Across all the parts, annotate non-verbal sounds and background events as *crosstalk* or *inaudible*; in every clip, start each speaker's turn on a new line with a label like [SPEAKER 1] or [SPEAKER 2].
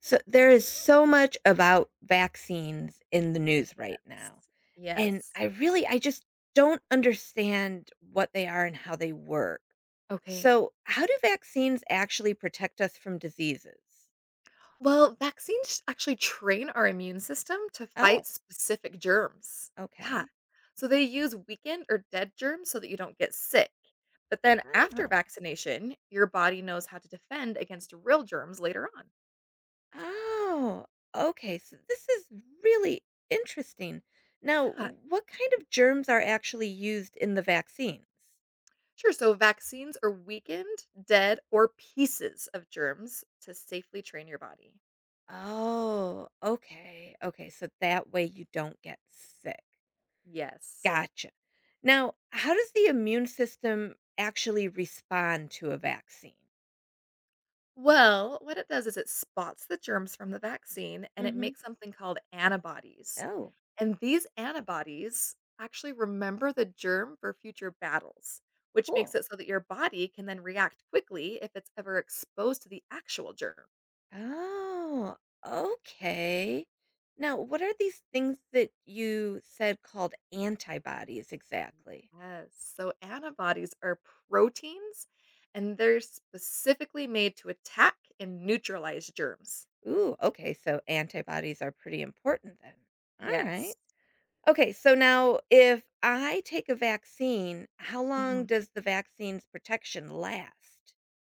[SPEAKER 1] So there is so much about vaccines in the news right
[SPEAKER 2] Yes.
[SPEAKER 1] now, and
[SPEAKER 2] Yes.
[SPEAKER 1] I just don't understand what they are and how they work.
[SPEAKER 2] Okay.
[SPEAKER 1] So, how do vaccines actually protect us from diseases?
[SPEAKER 2] Well, vaccines actually train our immune system to fight
[SPEAKER 1] Oh,
[SPEAKER 2] specific germs. Yeah.
[SPEAKER 1] okay.
[SPEAKER 2] So they use weakened or dead germs so that you don't get sick. But then after
[SPEAKER 1] Oh,
[SPEAKER 2] vaccination, your body knows how to defend against real germs later on.
[SPEAKER 1] oh, okay. So this is really interesting. Now,
[SPEAKER 2] Yeah.
[SPEAKER 1] what kind of germs are actually used in the vaccines?
[SPEAKER 2] Sure. So vaccines are weakened, dead, or pieces of germs to safely train your body.
[SPEAKER 1] Oh, okay. Okay, so that way you don't get sick.
[SPEAKER 2] Yes.
[SPEAKER 1] Gotcha. Now, how does the immune system actually respond to a vaccine?
[SPEAKER 2] Well, what it does is it spots the germs from the vaccine and it
[SPEAKER 1] Mhm.
[SPEAKER 2] makes something called antibodies.
[SPEAKER 1] Oh,
[SPEAKER 2] And these antibodies actually remember the germ for future battles, which makes
[SPEAKER 1] cool.
[SPEAKER 2] it so that your body can then react quickly if it's ever exposed to the actual germ.
[SPEAKER 1] Oh, okay. Now, what are these things that you said called antibodies exactly?
[SPEAKER 2] Yes. So antibodies are proteins and they're specifically made to attack and neutralize germs.
[SPEAKER 1] Ooh, okay. So antibodies are pretty important then. All right.
[SPEAKER 2] Yes.
[SPEAKER 1] Okay. So now, if I take a vaccine, how long does the vaccine's protection last?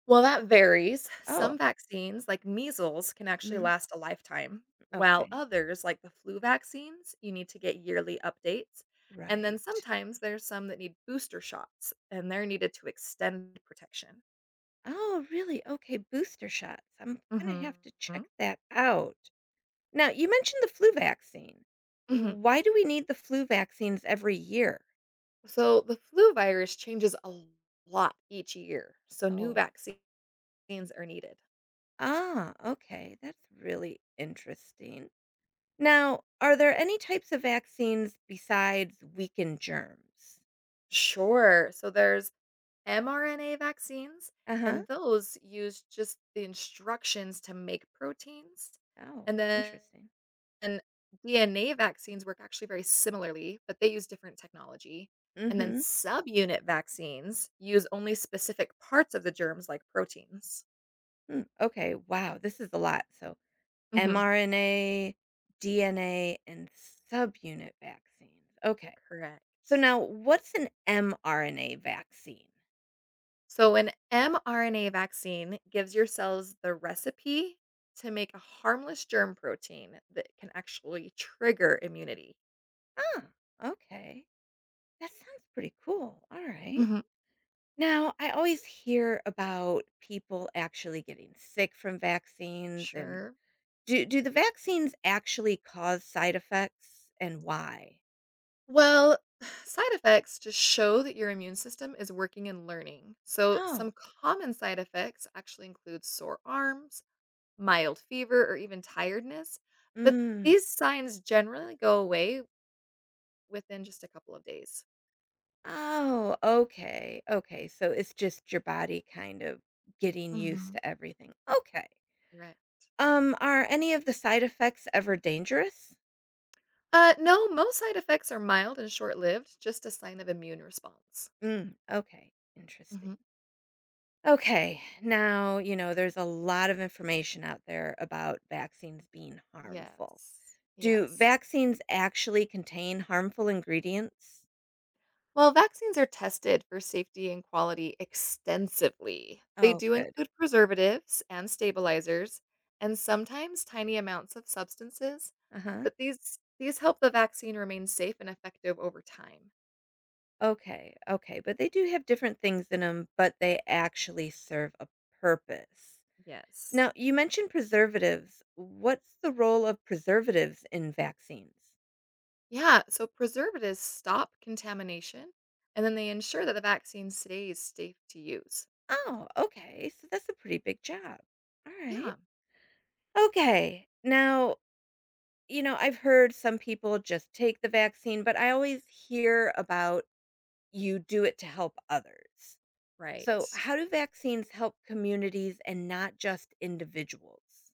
[SPEAKER 2] Well, that varies. Some
[SPEAKER 1] Oh,
[SPEAKER 2] vaccines, like measles, can actually
[SPEAKER 1] mhm,
[SPEAKER 2] last a lifetime, while
[SPEAKER 1] okay.
[SPEAKER 2] others, like the flu vaccines, you need to get yearly updates. And then
[SPEAKER 1] Right.
[SPEAKER 2] sometimes there's some that need booster shots, and they're needed to extend protection.
[SPEAKER 1] Oh, really? Okay, booster shots. I'm gonna
[SPEAKER 2] Mhm.
[SPEAKER 1] have to check that out. Now, you mentioned the flu vaccine.
[SPEAKER 2] Mhm.
[SPEAKER 1] Why do we need the flu vaccines every year?
[SPEAKER 2] So the flu virus changes a lot each year, so new
[SPEAKER 1] Oh,
[SPEAKER 2] vaccines are needed.
[SPEAKER 1] ah, okay. That's really interesting. Now, are there any types of vaccines besides weakened germs?
[SPEAKER 2] Sure. So there's mRNA vaccines,
[SPEAKER 1] Uh huh.
[SPEAKER 2] and those use just the instructions to make proteins.
[SPEAKER 1] Oh,
[SPEAKER 2] And then
[SPEAKER 1] interesting.
[SPEAKER 2] and DNA vaccines work actually very similarly, but they use different technology. And then
[SPEAKER 1] Mm-hmm.
[SPEAKER 2] subunit vaccines use only specific parts of the germs like proteins.
[SPEAKER 1] Hmm. Okay. Wow. This is a lot. So
[SPEAKER 2] Mhm.
[SPEAKER 1] mRNA, DNA, and subunit vaccines. Okay. So
[SPEAKER 2] Correct.
[SPEAKER 1] now what's an mRNA vaccine?
[SPEAKER 2] So an mRNA vaccine gives your cells the recipe to make a harmless germ protein that can actually trigger immunity.
[SPEAKER 1] Oh, okay. That sounds pretty cool. All right.
[SPEAKER 2] Mhm.
[SPEAKER 1] Now, I always hear about people actually getting sick from vaccines and
[SPEAKER 2] Sure.
[SPEAKER 1] do the vaccines actually cause side effects and why?
[SPEAKER 2] Well, *sighs* side effects just show that your immune system is working and learning. So some
[SPEAKER 1] Oh.
[SPEAKER 2] common side effects actually include sore arms, mild fever, or even tiredness. But
[SPEAKER 1] Mm.
[SPEAKER 2] these signs generally go away within just a couple of days.
[SPEAKER 1] Oh, okay. Okay. So it's just your body kind of getting used
[SPEAKER 2] Hmm.
[SPEAKER 1] to everything. Okay.
[SPEAKER 2] Right.
[SPEAKER 1] Are any of the side effects ever dangerous?
[SPEAKER 2] No, most side effects are mild and short lived, just a sign of immune response.
[SPEAKER 1] Mm, okay, interesting.
[SPEAKER 2] Hmm.
[SPEAKER 1] Okay, now, you know, there's a lot of information out there about vaccines being harmful.
[SPEAKER 2] Yes.
[SPEAKER 1] Do
[SPEAKER 2] Yes.
[SPEAKER 1] vaccines actually contain harmful ingredients?
[SPEAKER 2] While vaccines are tested for safety and quality extensively, they
[SPEAKER 1] Oh,
[SPEAKER 2] do
[SPEAKER 1] good.
[SPEAKER 2] include preservatives and stabilizers and sometimes tiny amounts of substances,
[SPEAKER 1] Uh huh.
[SPEAKER 2] but these help the vaccine remain safe and effective over time.
[SPEAKER 1] Okay, okay. But they do have different things in them, but they actually serve a purpose.
[SPEAKER 2] Yes.
[SPEAKER 1] Now, you mentioned preservatives. What's the role of preservatives in vaccines?
[SPEAKER 2] Yeah, so preservatives stop contamination and then they ensure that the vaccine stays safe to use.
[SPEAKER 1] Oh, okay. So that's a pretty big job. All right.
[SPEAKER 2] Yeah.
[SPEAKER 1] Okay. Now, you know, I've heard some people just take the vaccine, but I always hear about you do it to help others.
[SPEAKER 2] Right.
[SPEAKER 1] So, how do vaccines help communities and not just individuals?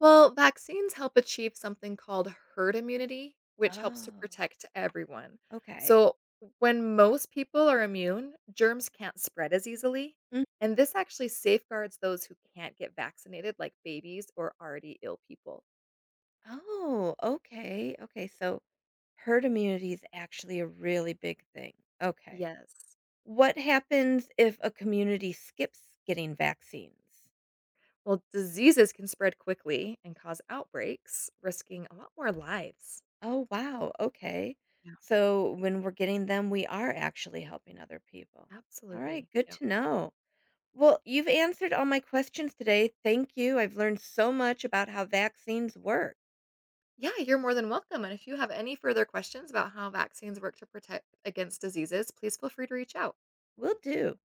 [SPEAKER 2] Well, vaccines help achieve something called herd immunity, which helps to
[SPEAKER 1] Oh,
[SPEAKER 2] protect everyone.
[SPEAKER 1] okay.
[SPEAKER 2] So when most people are immune, germs can't spread as easily.
[SPEAKER 1] Mm.
[SPEAKER 2] And this actually safeguards those who can't get vaccinated, like babies or already ill people.
[SPEAKER 1] Oh, okay. Okay. So, herd immunity is actually a really big thing. Okay.
[SPEAKER 2] Yes.
[SPEAKER 1] What happens if a community skips getting vaccines?
[SPEAKER 2] Well, diseases can spread quickly and cause outbreaks, risking a lot more lives.
[SPEAKER 1] Oh, wow, okay.
[SPEAKER 2] Yeah.
[SPEAKER 1] So when we're getting them, we are actually helping other people. All
[SPEAKER 2] Absolutely.
[SPEAKER 1] right, good
[SPEAKER 2] Yeah.
[SPEAKER 1] to know. Well, you've answered all my questions today. Thank you. I've learned so much about how vaccines work.
[SPEAKER 2] Yeah, you're more than welcome. And if you have any further questions about how vaccines work to protect against diseases, please feel free to reach out.
[SPEAKER 1] Will do.